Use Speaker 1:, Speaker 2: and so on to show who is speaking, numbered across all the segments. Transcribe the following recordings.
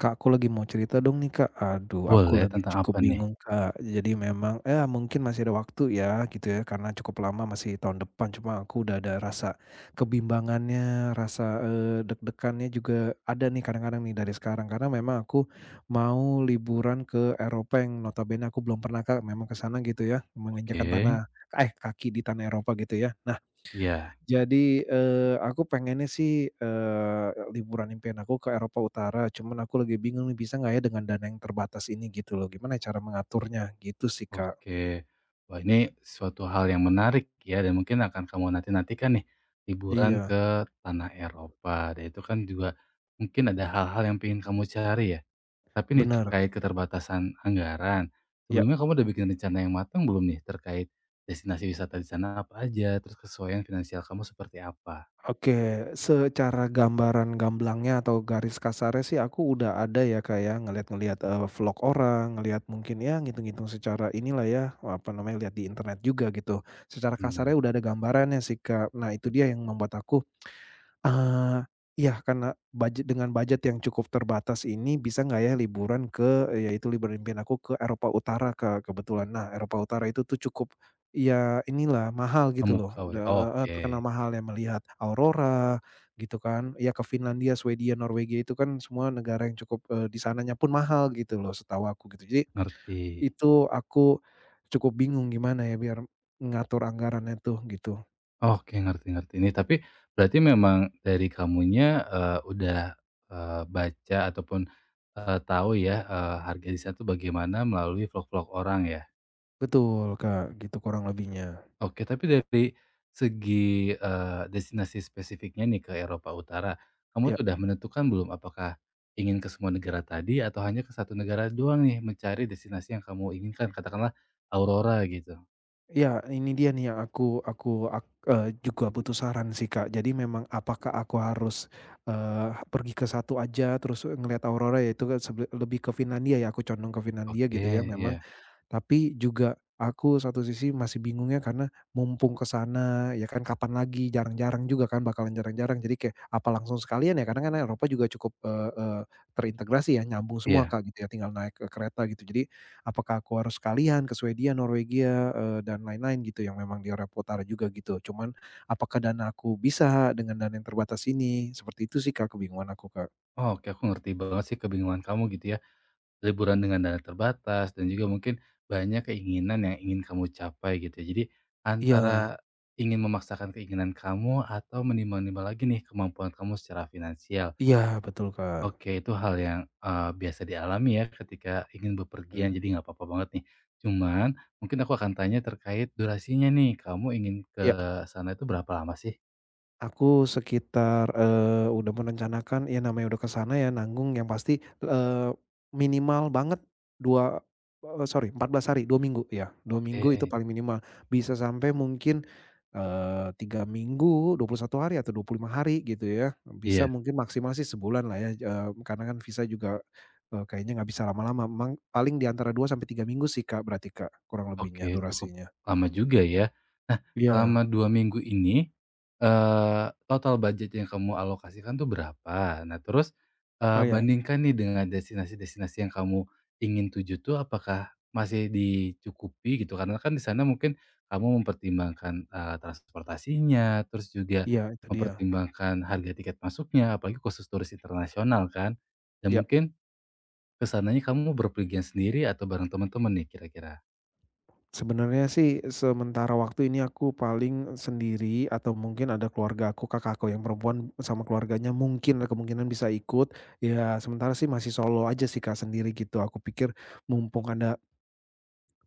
Speaker 1: Kak, aku lagi mau cerita dong nih, Kak. Aduh, aku
Speaker 2: Boleh,
Speaker 1: lagi
Speaker 2: tentang
Speaker 1: cukup
Speaker 2: apa nih?
Speaker 1: bingung, Kak. Jadi memang, ya mungkin masih ada waktu ya, gitu ya, karena cukup lama masih tahun depan. Cuma aku udah ada rasa kebimbangannya, deg-degannya juga ada nih kadang-kadang nih dari sekarang. Karena memang aku mau liburan ke Eropa yang notabene aku belum pernah, Kak. Memang ke sana gitu ya, menginjakan tanah,
Speaker 2: Oke,
Speaker 1: eh kaki di tanah Eropa gitu ya. Nah,
Speaker 2: iya,
Speaker 1: jadi, aku pengennya sih, liburan impian aku ke Eropa Utara, cuman aku lagi bingung nih bisa nggak ya dengan dana yang terbatas ini gitu loh, gimana ya cara mengaturnya gitu sih, Kak.
Speaker 2: oke. Wah, ini suatu hal yang menarik ya dan mungkin akan kamu nanti-nantikan nih, liburan
Speaker 1: Iya,
Speaker 2: ke tanah Eropa dan itu kan juga mungkin ada hal-hal yang ingin kamu cari ya. Tapi nih
Speaker 1: bener.
Speaker 2: terkait keterbatasan anggaran,
Speaker 1: Ya,
Speaker 2: sebelumnya kamu udah bikin rencana yang matang belum nih terkait destinasi wisata di sana apa aja, terus kesesuaian finansial kamu seperti apa?
Speaker 1: oke, secara gambaran gamblangnya atau garis kasarnya sih aku udah ada ya, Kak, ya, ngeliat-ngeliat, vlog orang, ngeliat mungkin ya ngitung-ngitung secara inilah ya, apa namanya, lihat di internet juga gitu. Secara kasarnya
Speaker 2: Benar.
Speaker 1: udah ada gambarannya sih, Kak. Nah itu dia yang membuat aku. Eee, iya, karena budget dengan budget yang cukup terbatas ini, bisa nggak ya liburan ke ya itu liburan impian aku ke Eropa Utara, Kak, kebetulan. Nah, Eropa Utara itu tuh cukup, ya inilah, mahal
Speaker 2: Kamu
Speaker 1: gitu loh,
Speaker 2: memukau ya, oke,
Speaker 1: terkenal mahal ya, melihat aurora gitu kan. Ya ke Finlandia, Swedia, Norwegia itu kan semua negara yang cukup, di sananya pun mahal gitu loh setahu aku gitu. Jadi,
Speaker 2: ngerti.
Speaker 1: itu aku cukup bingung gimana ya biar ngatur anggarannya tuh gitu.
Speaker 2: Oke, ngerti-ngerti ini. Tapi berarti memang dari kamunya, udah, baca ataupun, tahu ya, harga di sana tuh bagaimana melalui vlog-vlog orang ya?
Speaker 1: Betul, Kak, gitu kurang lebihnya.
Speaker 2: Oke, tapi dari segi, destinasi spesifiknya nih ke Eropa Utara, kamu tuh
Speaker 1: Iya.
Speaker 2: udah menentukan belum apakah ingin ke semua negara tadi atau hanya ke satu negara doang nih mencari destinasi yang kamu inginkan? Katakanlah Aurora gitu.
Speaker 1: Ya ini dia nih yang aku juga butuh saran sih, Kak. Jadi memang apakah aku harus, pergi ke satu aja terus ngelihat aurora yaitu kan lebih ke Finlandia ya, aku condong ke Finlandia
Speaker 2: Oke,
Speaker 1: gitu ya memang.
Speaker 2: iya
Speaker 1: Tapi juga aku satu sisi masih bingungnya karena mumpung ke sana ya kan kapan lagi, jarang-jarang juga kan, bakalan jarang-jarang. Jadi kayak apa langsung sekalian ya, karena kan Eropa juga cukup, eee eee, terintegrasi ya, nyambung semua
Speaker 2: iya.
Speaker 1: Kak, gitu ya, tinggal naik, kereta gitu. Jadi apakah aku harus sekalian ke Swedia, Norwegia, dan lain-lain gitu yang memang di Eropa Utara juga gitu. Cuman apakah dana aku bisa dengan dana yang terbatas ini? Seperti itu sih Kak, kebingungan aku Kak.
Speaker 2: Oh, oke, aku ngerti banget sih kebingungan kamu gitu ya. Liburan dengan dana terbatas dan juga mungkin banyak keinginan yang ingin kamu capai gitu ya. Jadi
Speaker 1: Iya,
Speaker 2: antara ingin memaksakan keinginan kamu atau menimbang-nimbang lagi nih kemampuan kamu secara finansial.
Speaker 1: iya, betul Kak.
Speaker 2: Oke, itu hal yang, biasa dialami ya ketika ingin
Speaker 1: Mhm.
Speaker 2: bepergian jadi nggak apa-apa banget nih. Cuman mungkin aku akan tanya terkait durasinya nih, kamu ingin ke
Speaker 1: Iya.
Speaker 2: sana itu berapa lama sih?
Speaker 1: Aku sekitar, udah merencanakan ya namanya udah ke sana ya nanggung yang pasti, minimal banget dua eee, sorry 14 hari, 2 minggu ya, 2 minggu itu
Speaker 2: Oke,
Speaker 1: paling minimal. Bisa sampai mungkin, 3 minggu, 21 hari atau 25 hari gitu ya. Bisa
Speaker 2: iya.
Speaker 1: mungkin maksimal sih sebulan lah ya, karena kan visa juga, kayaknya nggak bisa lama-lama. Mang paling di antara 2 sampai 3 minggu sih Kak, berarti Kak, kurang lebihnya
Speaker 2: Oke, cukup
Speaker 1: durasinya.
Speaker 2: lama juga ya.
Speaker 1: Iya.
Speaker 2: Selama 2 minggu ini, total budget yang kamu alokasikan tuh berapa? Nah terus,
Speaker 1: Oh ya,
Speaker 2: bandingkan nih dengan destinasi-destinasi yang kamu ingin tuju tuh apakah masih dicukupi gitu? Karena kan di sana mungkin kamu mempertimbangkan, transportasinya, terus juga
Speaker 1: iya itu dia. Mhm.
Speaker 2: mempertimbangkan harga tiket masuknya, apalagi khusus turis internasional kan. Dan
Speaker 1: Iya.
Speaker 2: mungkin kesananya kamu berpergian sendiri atau bareng teman-teman nih kira-kira?
Speaker 1: Sebenarnya sih sementara waktu ini aku paling sendiri atau mungkin ada keluarga aku, kakakku yang perempuan sama keluarganya mungkin kemungkinan bisa ikut. Ya sementara sih masih solo aja sih Kak, sendiri gitu. Aku pikir mumpung ada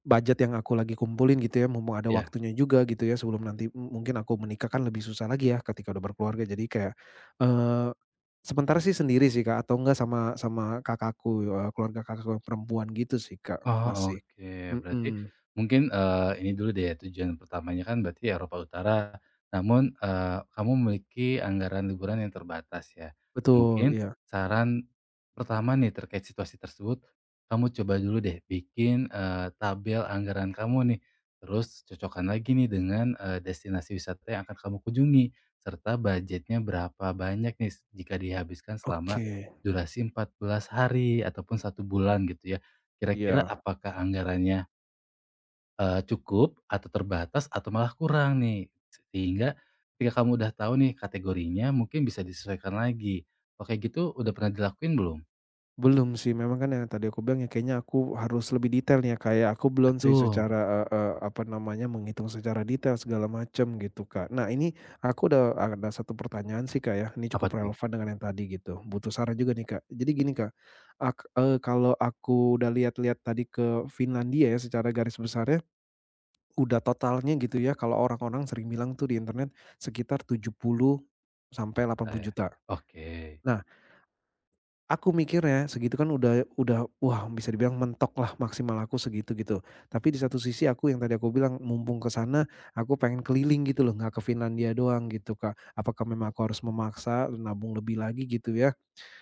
Speaker 1: budget yang aku lagi kumpulin gitu ya, mumpung ada
Speaker 2: Ya.
Speaker 1: waktunya juga gitu ya sebelum nanti mungkin aku menikah kan lebih susah lagi ya ketika udah berkeluarga. Jadi kayak, eee, sementara sih sendiri sih Kak, atau enggak sama sama kakakku, keluarga kakakku yang perempuan gitu sih Kak,
Speaker 2: Oh,
Speaker 1: masih.
Speaker 2: oke. Berarti
Speaker 1: Mhm,
Speaker 2: mungkin, ini dulu deh, tujuan pertamanya kan berarti Eropa Utara, namun, kamu memiliki anggaran liburan yang terbatas ya.
Speaker 1: betul,
Speaker 2: Mungkin
Speaker 1: ya.
Speaker 2: saran pertama nih terkait situasi tersebut, kamu coba dulu deh bikin, tabel anggaran kamu nih, terus cocokkan lagi nih dengan, destinasi wisata yang akan kamu kunjungi, serta budgetnya berapa banyak nih jika dihabiskan selama
Speaker 1: Oke,
Speaker 2: durasi 14 hari ataupun 1 bulan gitu ya. Kira-kira
Speaker 1: iya.
Speaker 2: apakah anggarannya, cukup atau terbatas atau malah kurang nih? Sehingga ketika kamu udah tahu nih kategorinya mungkin bisa disesuaikan lagi. Oke gitu udah pernah dilakuin belum?
Speaker 1: Belum sih, memang kan yang tadi aku bilang ya kayaknya aku harus lebih detail nih ya, Kak, ya. Aku belum sih
Speaker 2: Betul.
Speaker 1: secara, eee eee, apa namanya, menghitung secara detail segala macam gitu, Kak. Nah ini aku udah ada satu pertanyaan sih, Kak, ya, ini
Speaker 2: Apa
Speaker 1: cukup
Speaker 2: tuh?
Speaker 1: relevan dengan yang tadi gitu, butuh saran juga nih, Kak. Jadi gini, Kak, kalau aku udah lihat-lihat tadi ke Finlandia ya secara garis besarnya, udah totalnya gitu ya, kalau orang-orang sering bilang tuh di internet sekitar 70 sampai
Speaker 2: Bentar ya.
Speaker 1: 80.000.000.
Speaker 2: Oke.
Speaker 1: Nah, aku mikirnya segitu kan udah wah, bisa dibilang mentok lah, maksimal aku segitu gitu. Tapi di satu sisi aku yang tadi aku bilang mumpung ke sana aku pengen keliling gitu loh, nggak ke Finlandia doang gitu Kak. Apakah memang aku harus memaksa nabung lebih lagi gitu ya?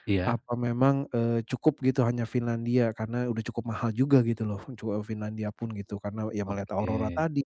Speaker 2: Iya?
Speaker 1: Apa memang, cukup gitu hanya Finlandia karena udah cukup mahal juga gitu loh, Finlandia pun gitu karena ya melihat
Speaker 2: Oke.
Speaker 1: aurora tadi,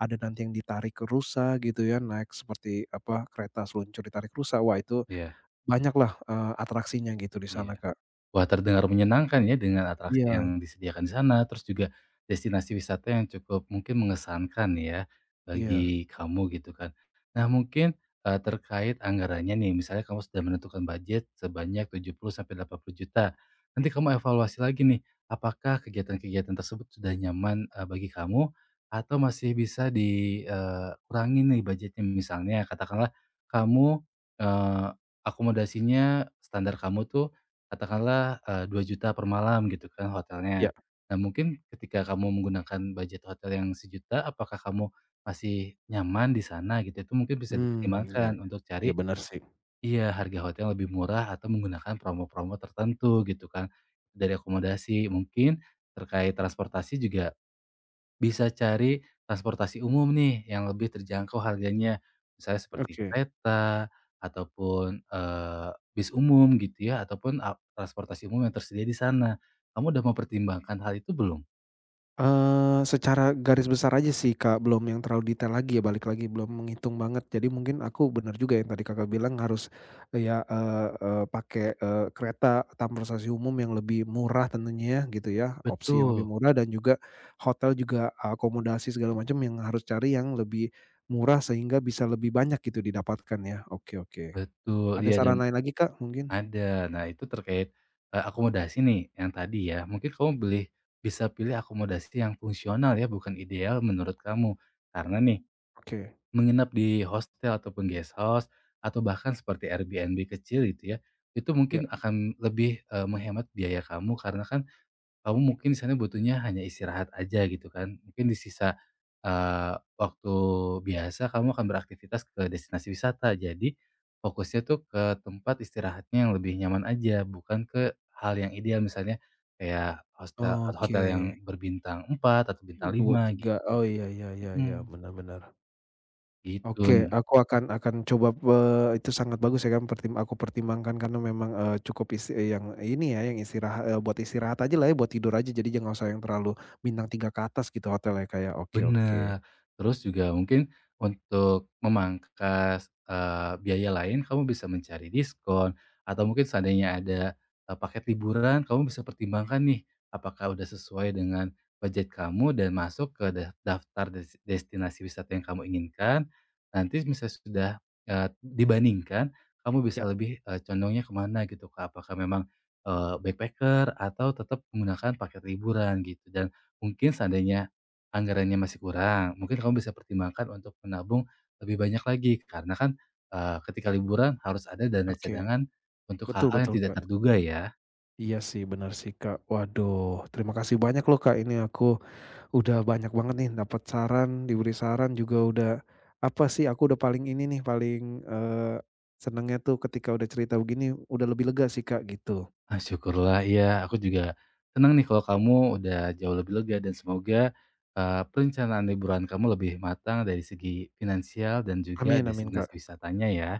Speaker 1: ada nanti yang ditarik ke rusa gitu ya, naik seperti apa kereta seluncur ditarik rusa, wah itu
Speaker 2: Iya
Speaker 1: banyaklah, atraksinya gitu di sana
Speaker 2: iya.
Speaker 1: Kak.
Speaker 2: Wah, terdengar menyenangkan ya dengan atraksi
Speaker 1: Iya,
Speaker 2: yang disediakan di sana, terus juga destinasi wisata yang cukup mungkin mengesankan ya
Speaker 1: iya,
Speaker 2: bagi kamu gitu kan. Nah, mungkin, terkait anggarannya nih, misalnya kamu sudah menentukan budget sebanyak 70 sampai 80 juta. Nanti kamu evaluasi lagi nih, apakah kegiatan-kegiatan tersebut sudah nyaman, bagi kamu atau masih bisa dikurangi nih budgetnya. Misalnya katakanlah kamu, eee, akomodasinya standar kamu tuh katakanlah, Rp2.000.000 per malam gitu kan hotelnya.
Speaker 1: iya,
Speaker 2: Nah mungkin ketika kamu menggunakan budget hotel yang sejuta apakah kamu masih nyaman di sana gitu, itu mungkin bisa
Speaker 1: mmm, iya,
Speaker 2: dipertimbangkan
Speaker 1: iya.
Speaker 2: untuk
Speaker 1: Iya,
Speaker 2: cari
Speaker 1: bener sih.
Speaker 2: iya, harga hotel yang lebih murah atau menggunakan promo-promo tertentu gitu kan, dari akomodasi. Mungkin terkait transportasi juga bisa cari transportasi umum nih yang lebih terjangkau harganya, misalnya seperti
Speaker 1: Oke,
Speaker 2: kereta ataupun, bis umum gitu ya ataupun transportasi umum yang tersedia di sana. Kamu udah mempertimbangkan hal itu belum?
Speaker 1: secara garis besar aja sih, Kak, belum yang terlalu detail lagi ya, balik lagi belum menghitung banget. Jadi mungkin aku bener juga yang tadi Kakak bilang harus ya, eee eee, pakai, kereta transportasi umum yang lebih murah tentunya ya, gitu ya, opsi yang lebih
Speaker 2: Betul
Speaker 1: murah dan juga hotel juga akomodasi segala macam yang harus cari yang lebih murah sehingga bisa lebih banyak gitu didapatkan ya. Oke, oke.
Speaker 2: betul,
Speaker 1: Ada
Speaker 2: iya dan
Speaker 1: saran lain lagi, Kak, mungkin?
Speaker 2: ada. Nah itu terkait, akomodasi nih yang tadi ya, mungkin kamu bisa pilih akomodasi yang fungsional ya bukan ideal menurut kamu. Karena nih
Speaker 1: Oke,
Speaker 2: menginap di hostel ataupun guest house atau bahkan seperti Airbnb kecil gitu ya, itu
Speaker 1: iya.
Speaker 2: mungkin akan lebih, menghemat biaya kamu karena kan kamu mungkin di sana butuhnya hanya istirahat aja gitu kan. Mungkin di sisa, waktu biasa kamu akan beraktivitas ke destinasi wisata. Jadi fokusnya tuh ke tempat istirahatnya yang lebih nyaman aja, bukan ke hal yang ideal misalnya kayak hostel
Speaker 1: Oke,
Speaker 2: hotel yang berbintang 4 atau bintang
Speaker 1: 2
Speaker 2: 5
Speaker 1: tiga,
Speaker 2: gitu.
Speaker 1: oh, iya, iya, iya, iya,
Speaker 2: Mhm,
Speaker 1: benar, benar.
Speaker 2: gitu.
Speaker 1: Oke, aku akan coba, itu sangat bagus ya kan, aku pertimbangkan karena memang, cukup yang ini ya, yang istirahat, buat istirahat aja lah ya, buat tidur aja, jadi jangan usah yang terlalu bintang 3 ke atas gitu hotelnya Kak ya, oke, oke.
Speaker 2: Bener. Terus juga mungkin untuk memangkas, biaya lain kamu bisa mencari diskon atau mungkin seandainya ada, paket liburan kamu bisa pertimbangkan nih, apakah udah sesuai dengan budget kamu dan masuk ke daftar destinasi wisata yang kamu inginkan. Nanti misalnya sudah, dibandingkan kamu
Speaker 1: Ya,
Speaker 2: bisa lebih, condongnya kemana gitu, Kak. Apakah memang, backpacker atau tetap menggunakan paket liburan gitu dan mungkin seandainya anggarannya masih kurang, mungkin kamu bisa pertimbangkan untuk menabung lebih banyak lagi karena kan, ketika liburan harus ada dana
Speaker 1: oke.
Speaker 2: cadangan untuk
Speaker 1: Betul,
Speaker 2: hal-hal yang
Speaker 1: betul
Speaker 2: tidak
Speaker 1: Kak.
Speaker 2: terduga ya.
Speaker 1: Iya sih, benar sih Kak. Waduh, terima kasih banyak loh Kak, ini aku udah banyak banget nih dapat saran, diberi saran juga udah, apa sih aku udah paling ini nih, paling, senengnya tuh ketika udah cerita begini udah lebih lega sih Kak, gitu.
Speaker 2: Ah, syukurlah ya, aku juga senang nih kalau kamu udah jauh lebih lega dan semoga, perencanaan liburan kamu lebih matang dari segi finansial dan juga
Speaker 1: Amin, amin
Speaker 2: destinasi
Speaker 1: Kak.
Speaker 2: wisatanya ya.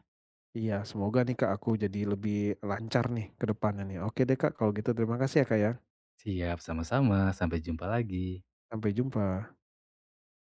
Speaker 1: Iya semoga nih Kak, aku jadi lebih lancar nih ke depannya nih. Oke deh Kak, kalau gitu terima kasih ya Kak, ya.
Speaker 2: Siap, sama-sama, sampai jumpa lagi.
Speaker 1: Sampai jumpa.